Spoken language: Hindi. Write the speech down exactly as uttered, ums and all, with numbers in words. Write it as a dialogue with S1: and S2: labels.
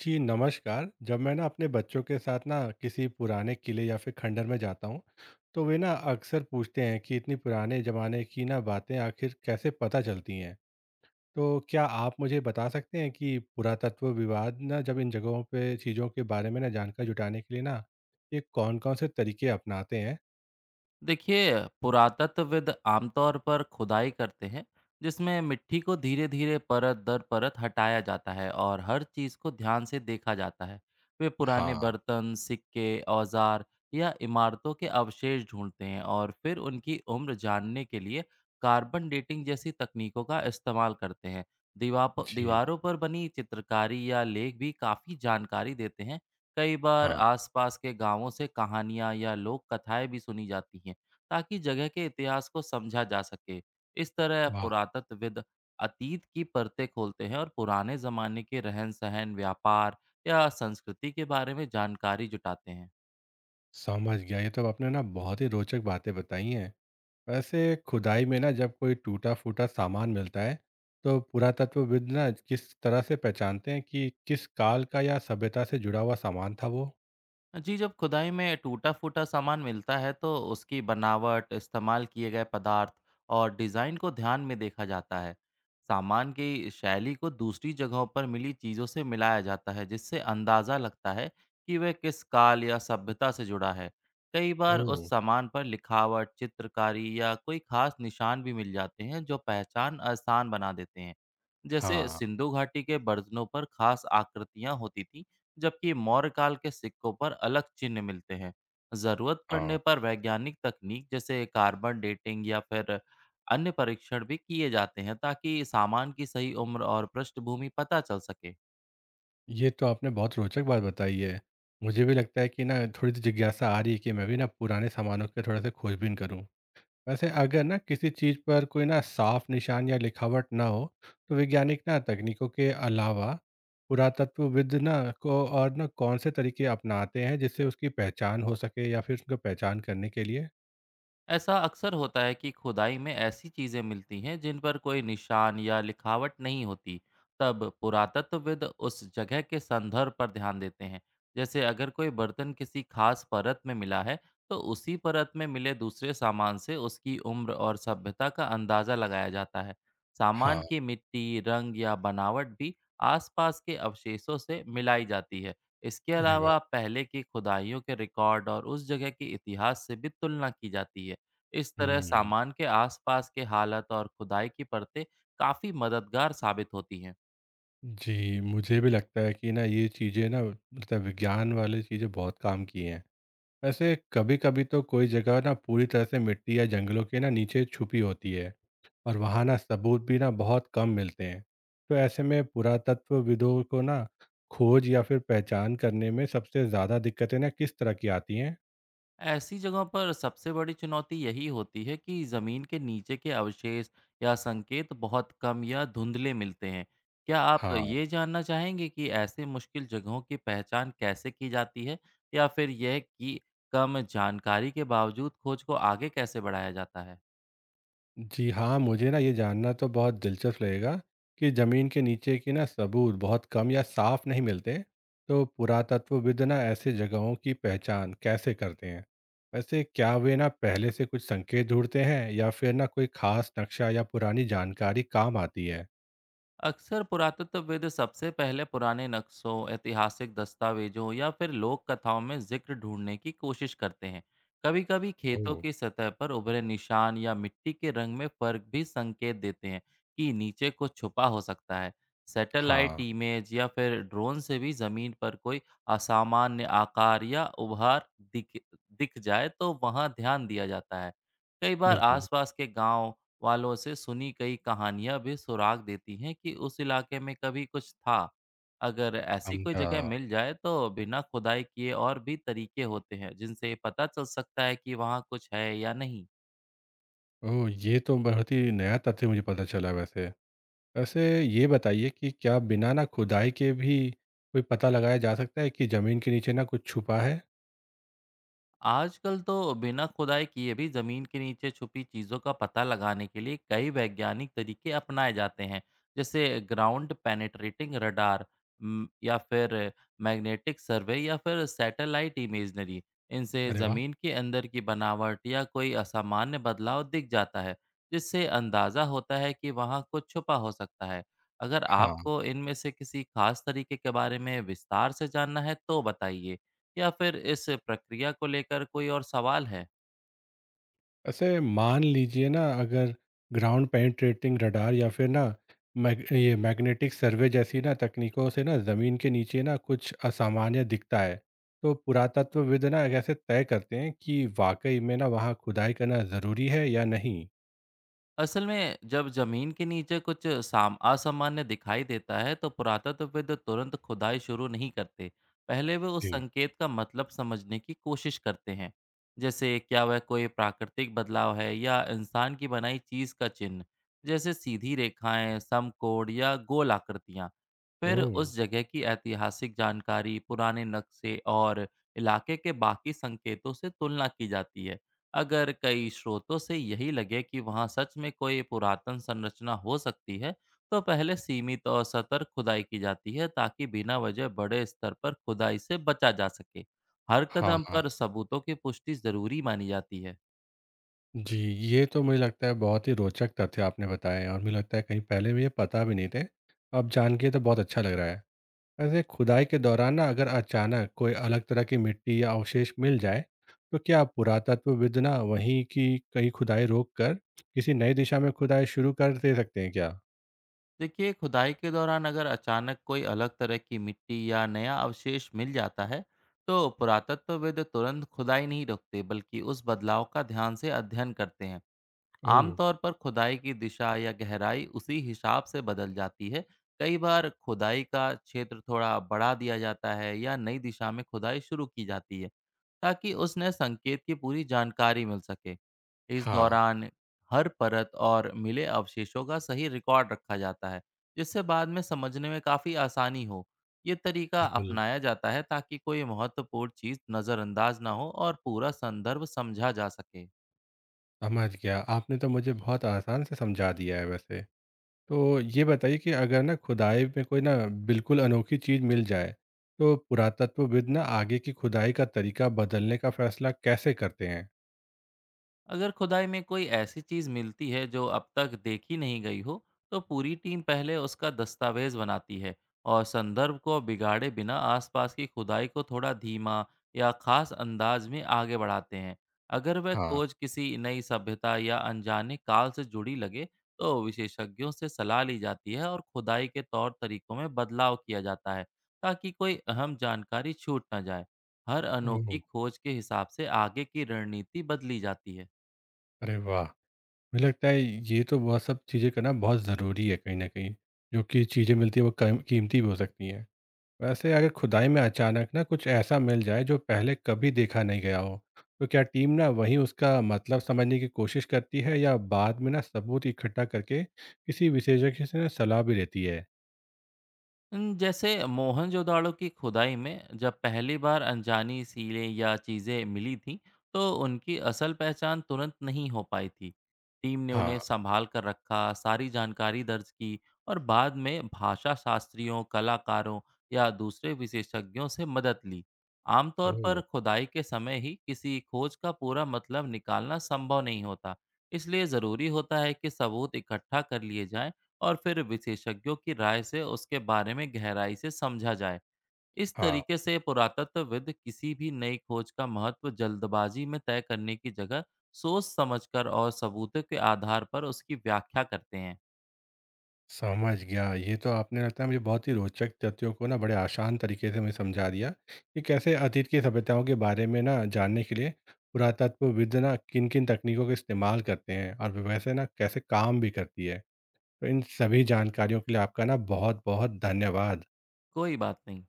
S1: जी नमस्कार। जब मैं ना अपने बच्चों के साथ ना किसी पुराने किले या फिर खंडर में जाता हूँ, तो वे ना अक्सर पूछते हैं कि इतनी पुराने जमाने की ना बातें आखिर कैसे पता चलती हैं। तो क्या आप मुझे बता सकते हैं कि पुरातत्व विभाग ना जब इन जगहों पे चीज़ों के बारे में ना जानकारी जुटाने के लिए ना ये कौन-कौन से तरीके अपनाते हैं?
S2: देखिए पुरातत्वविद आमतौर पर खुदाई करते हैं जिसमें मिट्टी को धीरे धीरे परत दर परत हटाया जाता है और हर चीज़ को ध्यान से देखा जाता है। वे पुराने
S1: हाँ।
S2: बर्तन सिक्के औजार या इमारतों के अवशेष ढूंढते हैं और फिर उनकी उम्र जानने के लिए कार्बन डेटिंग जैसी तकनीकों का इस्तेमाल करते हैं। दीवार
S1: जी।
S2: दीवारों पर बनी चित्रकारी या लेख भी काफ़ी जानकारी देते हैं। कई बार
S1: हाँ।
S2: आसपास के गांवों से कहानियां या लोक कथाएं भी सुनी जाती हैं ताकि जगह के इतिहास को समझा जा सके। इस तरह
S1: वाह।
S2: पुरातत्वविद अतीत की परतें खोलते हैं और पुराने ज़माने के रहन-सहन, व्यापार या संस्कृति के बारे में जानकारी जुटाते हैं।
S1: समझ गया। ये तो आपने ना बहुत ही रोचक बातें बताई हैं। वैसे खुदाई में ना जब कोई टूटा फूटा सामान मिलता है, तो पुरातत्वविद ना किस तरह से पहचानते हैं कि किस काल का या सभ्यता से जुड़ा हुआ सामान था वो?
S2: जी, जब खुदाई में टूटा-फूटा सामान मिलता है तो उसकी बनावट, इस्तेमाल किए गए पदार्थ और डिज़ाइन को ध्यान में देखा जाता है। सामान की शैली को दूसरी जगहों पर मिली चीज़ों से मिलाया जाता है जिससे अंदाज़ा लगता है कि वह किस काल या सभ्यता से जुड़ा है। कई बार
S1: ओह।
S2: उस सामान पर लिखावट, चित्रकारी या कोई ख़ास निशान भी मिल जाते हैं जो पहचान आसान बना देते हैं। जैसे
S1: हाँ।
S2: सिंधु घाटी के बर्तनों पर ख़ास आकृतियाँ होती थीं जबकि मौर्यकाल के सिक्कों पर अलग चिन्ह मिलते हैं। ज़रूरत
S1: हाँ।
S2: पड़ने पर वैज्ञानिक तकनीक जैसे कार्बन डेटिंग या फिर अन्य परीक्षण भी किए जाते हैं ताकि सामान की सही उम्र और पृष्ठभूमि पता चल सके।
S1: ये तो आपने बहुत रोचक बात बताई है। मुझे भी लगता है कि ना थोड़ी सी जिज्ञासा आ रही है कि मैं भी ना पुराने सामानों के थोड़ा सा खोजबीन करूँ। वैसे अगर ना किसी चीज पर कोई ना साफ निशान या लिखावट ना हो, तो वैज्ञानिक ना तकनीकों के अलावा पुरातत्वविद ना को और ना कौन से तरीके अपनाते हैं जिससे उसकी पहचान हो सके या फिर उसको पहचान करने के लिए?
S2: ऐसा अक्सर होता है कि खुदाई में ऐसी चीजें मिलती हैं जिन पर कोई निशान या लिखावट नहीं होती। तब पुरातत्वविद उस जगह के संदर्भ पर ध्यान देते हैं। जैसे अगर कोई बर्तन किसी खास परत में मिला है तो उसी परत में मिले दूसरे सामान से उसकी उम्र और सभ्यता का अंदाजा लगाया जाता है।
S1: हाँ।
S2: सामान की मिट्टी रंग या बनावट भी आसपास के अवशेषों से मिलाई जाती है। इसके
S1: अरे वाह।
S2: अलावा पहले की खुदाइयों के रिकॉर्ड और उस जगह के इतिहास से भी तुलना की जाती है। इस तरह
S1: हम्म।
S2: सामान के आसपास के हालत और खुदाई की परतें काफ़ी मददगार साबित होती हैं।
S1: जी मुझे भी लगता है कि ना ये चीज़ें ना मतलब विज्ञान वाली चीज़ें बहुत काम की हैं। वैसे कभी कभी तो कोई जगह ना पूरी तरह से मिट्टी या जंगलों के ना नीचे छुपी होती है और वहाँ ना सबूत भी ना बहुत कम मिलते हैं। तो ऐसे में पुरातत्वविदों को ना खोज या फिर पहचान करने में सबसे ज़्यादा दिक्कतें ना किस तरह की आती हैं?
S2: ऐसी जगहों पर सबसे बड़ी चुनौती यही होती है कि ज़मीन के नीचे के अवशेष या संकेत बहुत कम या धुंधले मिलते हैं। क्या आप
S1: हाँ।
S2: ये जानना चाहेंगे कि ऐसे मुश्किल जगहों की पहचान कैसे की जाती है या फिर यह कि कम जानकारी के बावजूद खोज को आगे कैसे बढ़ाया जाता है?
S1: जी हाँ, मुझे ना ये जानना तो बहुत दिलचस्प लगेगा कि ज़मीन के नीचे की ना सबूत बहुत कम या साफ नहीं मिलते, तो पुरातत्वविद ना ऐसे जगहों की पहचान कैसे करते हैं? वैसे क्या वे ना पहले से कुछ संकेत ढूंढते हैं या फिर ना कोई खास नक्शा या पुरानी जानकारी काम आती है?
S2: अक्सर पुरातत्वविद सबसे पहले पुराने नक्शों, ऐतिहासिक दस्तावेजों या फिर लोक कथाओं में जिक्र ढूंढने की कोशिश करते हैं। कभी-कभी खेतों
S1: ओह!
S2: की सतह पर उभरे निशान या मिट्टी के रंग में फर्क भी संकेत देते हैं कि नीचे कुछ छुपा हो सकता है।
S1: हाँ।
S2: सैटेलाइट इमेज या फिर ड्रोन से भी जमीन पर कोई असामान्य आकार या उभार दिख दिख जाए तो वहां ध्यान दिया जाता है। कई बार
S1: बिल्कुल।
S2: आसपास के गांव वालों से सुनी कई कहानियां भी सुराग देती हैं कि उस इलाके में कभी कुछ था। अगर ऐसी कोई
S1: समझा।
S2: जगह मिल जाए तो बिना खुदाई किए और भी तरीके होते हैं जिनसे ये पता चल सकता है कि वहाँ कुछ है या नहीं।
S1: ओह! ये तो बहुत ही नया तथ्य मुझे पता चला वैसे। वैसे ये बताइए कि क्या बिना ना खुदाई के भी कोई पता लगाया जा सकता है कि जमीन के नीचे ना कुछ छुपा है?
S2: आजकल तो बिना खुदाई किए भी जमीन के नीचे छुपी चीजों का पता लगाने के लिए कई वैज्ञानिक तरीके अपनाए जाते हैं जैसे ग्राउंड पेनेट्रेटिंग रडार, म, या फिर मैग्नेटिक सर्वे या फिर सैटेलाइट इमेजनरी। इनसे
S1: अरे वाह।
S2: जमीन के अंदर की बनावट या कोई असामान्य बदलाव दिख जाता है जिससे अंदाजा होता है कि वहाँ कुछ छुपा हो सकता है। अगर
S1: हाँ।
S2: आपको इनमें से किसी खास तरीके के बारे में विस्तार से जानना है तो बताइए या फिर इस प्रक्रिया को लेकर कोई और सवाल है?
S1: वैसे मान लीजिए ना अगर ग्राउंड पेनिट्रेटिंग रडार या फिर ना मैग, ये मैग्नेटिक सर्वे जैसी ना तकनीकों से ना जमीन के नीचे ना कुछ असामान्य दिखता है, तो पुरातत्वविद ना कैसे तय करते हैं कि वाकई में ना वहाँ खुदाई करना जरूरी है या नहीं?
S2: असल में जब जमीन के नीचे कुछ साम असामान्य दिखाई देता है तो पुरातत्वविद तुरंत खुदाई शुरू नहीं करते। पहले वे उस
S1: जी।
S2: संकेत का मतलब समझने की कोशिश करते हैं। जैसे क्या वह कोई प्राकृतिक बदलाव है या इंसान की बनाई चीज का चिन्ह, जैसे सीधी रेखाएं, समकोण या गोल आकृतियां। फिर
S1: ओह।
S2: उस जगह की ऐतिहासिक जानकारी, पुराने नक्शे और इलाके के बाकी संकेतों से तुलना की जाती है। अगर कई स्रोतों से यही लगे कि वहां सच में कोई पुरातन संरचना हो सकती है, तो पहले सीमित और सतर्क खुदाई की जाती है ताकि बिना वजह बड़े स्तर पर खुदाई से बचा जा सके। हर कदम
S1: हाँ।
S2: पर सबूतों की पुष्टि जरूरी मानी जाती है।
S1: जी, ये तो मुझे लगता है बहुत ही रोचक तथ्य आपने बताए हैं और मुझे लगता है कहीं पहले मुझे पता भी नहीं थे। अब जान के तो बहुत अच्छा लग रहा है। वैसे खुदाई के दौरान ना अगर अचानक कोई अलग तरह की मिट्टी या अवशेष मिल जाए, तो क्या पुरातत्वविद ना वहीं की कहीं खुदाई रोक कर किसी नई दिशा में खुदाई शुरू कर दे सकते हैं क्या?
S2: देखिए, खुदाई के दौरान अगर अचानक कोई अलग तरह की मिट्टी या नया अवशेष मिल जाता है, तो पुरातत्वविद तुरंत खुदाई नहीं रोकते, बल्कि उस बदलाव का ध्यान से अध्ययन करते हैं।
S1: ओह!
S2: आमतौर पर खुदाई की दिशा या गहराई उसी हिसाब से बदल जाती है। कई बार खुदाई का क्षेत्र थोड़ा बढ़ा दिया जाता है या नई दिशा में खुदाई शुरू की जाती है ताकि उसने संकेत की पूरी जानकारी मिल सके। इस
S1: हाँ,
S2: दौरान हर परत और मिले अवशेषों का सही रिकॉर्ड रखा जाता है जिससे बाद में समझने में काफ़ी आसानी हो। ये तरीका
S1: बिल्कुल।
S2: अपनाया जाता है ताकि कोई महत्वपूर्ण चीज़ नज़रअंदाज ना हो और पूरा संदर्भ समझा जा सके।
S1: समझ गया। आपने तो मुझे बहुत आसान से समझा दिया है वैसे। तो ये बताइए कि अगर ना खुदाई में कोई ना बिल्कुल अनोखी चीज़ मिल जाए, तो पुरातत्वविद ना आगे की खुदाई का तरीका बदलने का फैसला कैसे करते हैं?
S2: अगर खुदाई में कोई ऐसी चीज़ मिलती है जो अब तक देखी नहीं गई हो, तो पूरी टीम पहले उसका दस्तावेज बनाती है और संदर्भ को बिगाड़े बिना आसपास की खुदाई को थोड़ा धीमा या खास अंदाज में आगे बढ़ाते हैं। अगर वह
S1: हाँ।
S2: खोज किसी नई सभ्यता या अनजाने काल से जुड़ी लगे, तो विशेषज्ञों से सलाह ली जाती है और खुदाई के तौर तरीकों में बदलाव किया जाता है, ताकि कोई अहम जानकारी छूट ना जाए। हर
S1: ओह,
S2: अनोखी खोज के हिसाब से आगे की रणनीति बदली जाती है।
S1: अरे वाह! मुझे लगता है ये तो वह सब चीज़ें करना बहुत ज़रूरी है कहीं न कहीं, जो कि चीज़ें मिलती हैं वो कम कीमती भी हो सकती हैं। वैसे अगर खुदाई में अचानक ना कुछ ऐसा मिल जाए जो पहले कभी देखा नहीं गया हो, तो क्या टीम ना वहीं उसका मतलब समझने की कोशिश करती है या बाद में ना सबूत इकट्ठा करके किसी विशेषज्ञ से ना सलाह भी लेती है?
S2: उम, जैसे मोहनजोदाड़ो की खुदाई में जब पहली बार अनजानी सीलें या चीज़ें मिली थीं, तो उनकी असल पहचान तुरंत नहीं हो पाई थी। टीम ने
S1: हाँ।
S2: उन्हें संभाल कर रखा, सारी जानकारी दर्ज की और बाद में भाषा शास्त्रियों, कलाकारों या दूसरे विशेषज्ञों से मदद ली। आमतौर
S1: ओह!
S2: पर खुदाई के समय ही किसी खोज का पूरा मतलब निकालना संभव नहीं होता, इसलिए ज़रूरी होता है कि सबूत इकट्ठा कर लिए जाएं और फिर विशेषज्ञों की राय से उसके बारे में गहराई से समझा जाए। इस
S1: हाँ,
S2: तरीके से पुरातत्वविद किसी भी नई खोज का महत्व जल्दबाजी में तय करने की जगह सोच समझकर और सबूतों के आधार पर उसकी व्याख्या करते हैं।
S1: समझ गया। ये तो आपने लगता है मुझे बहुत ही रोचक तथ्यों को ना बड़े आसान तरीके से मुझे समझा दिया कि कैसे अतीत की सभ्यताओं के बारे में ना जानने के लिए पुरातत्वविद ना किन-किन तकनीकों का इस्तेमाल करते हैं और वैसे ना कैसे काम भी करती है। तो इन सभी जानकारियों के लिए आपका ना बहुत-बहुत धन्यवाद।
S2: कोई बात नहीं।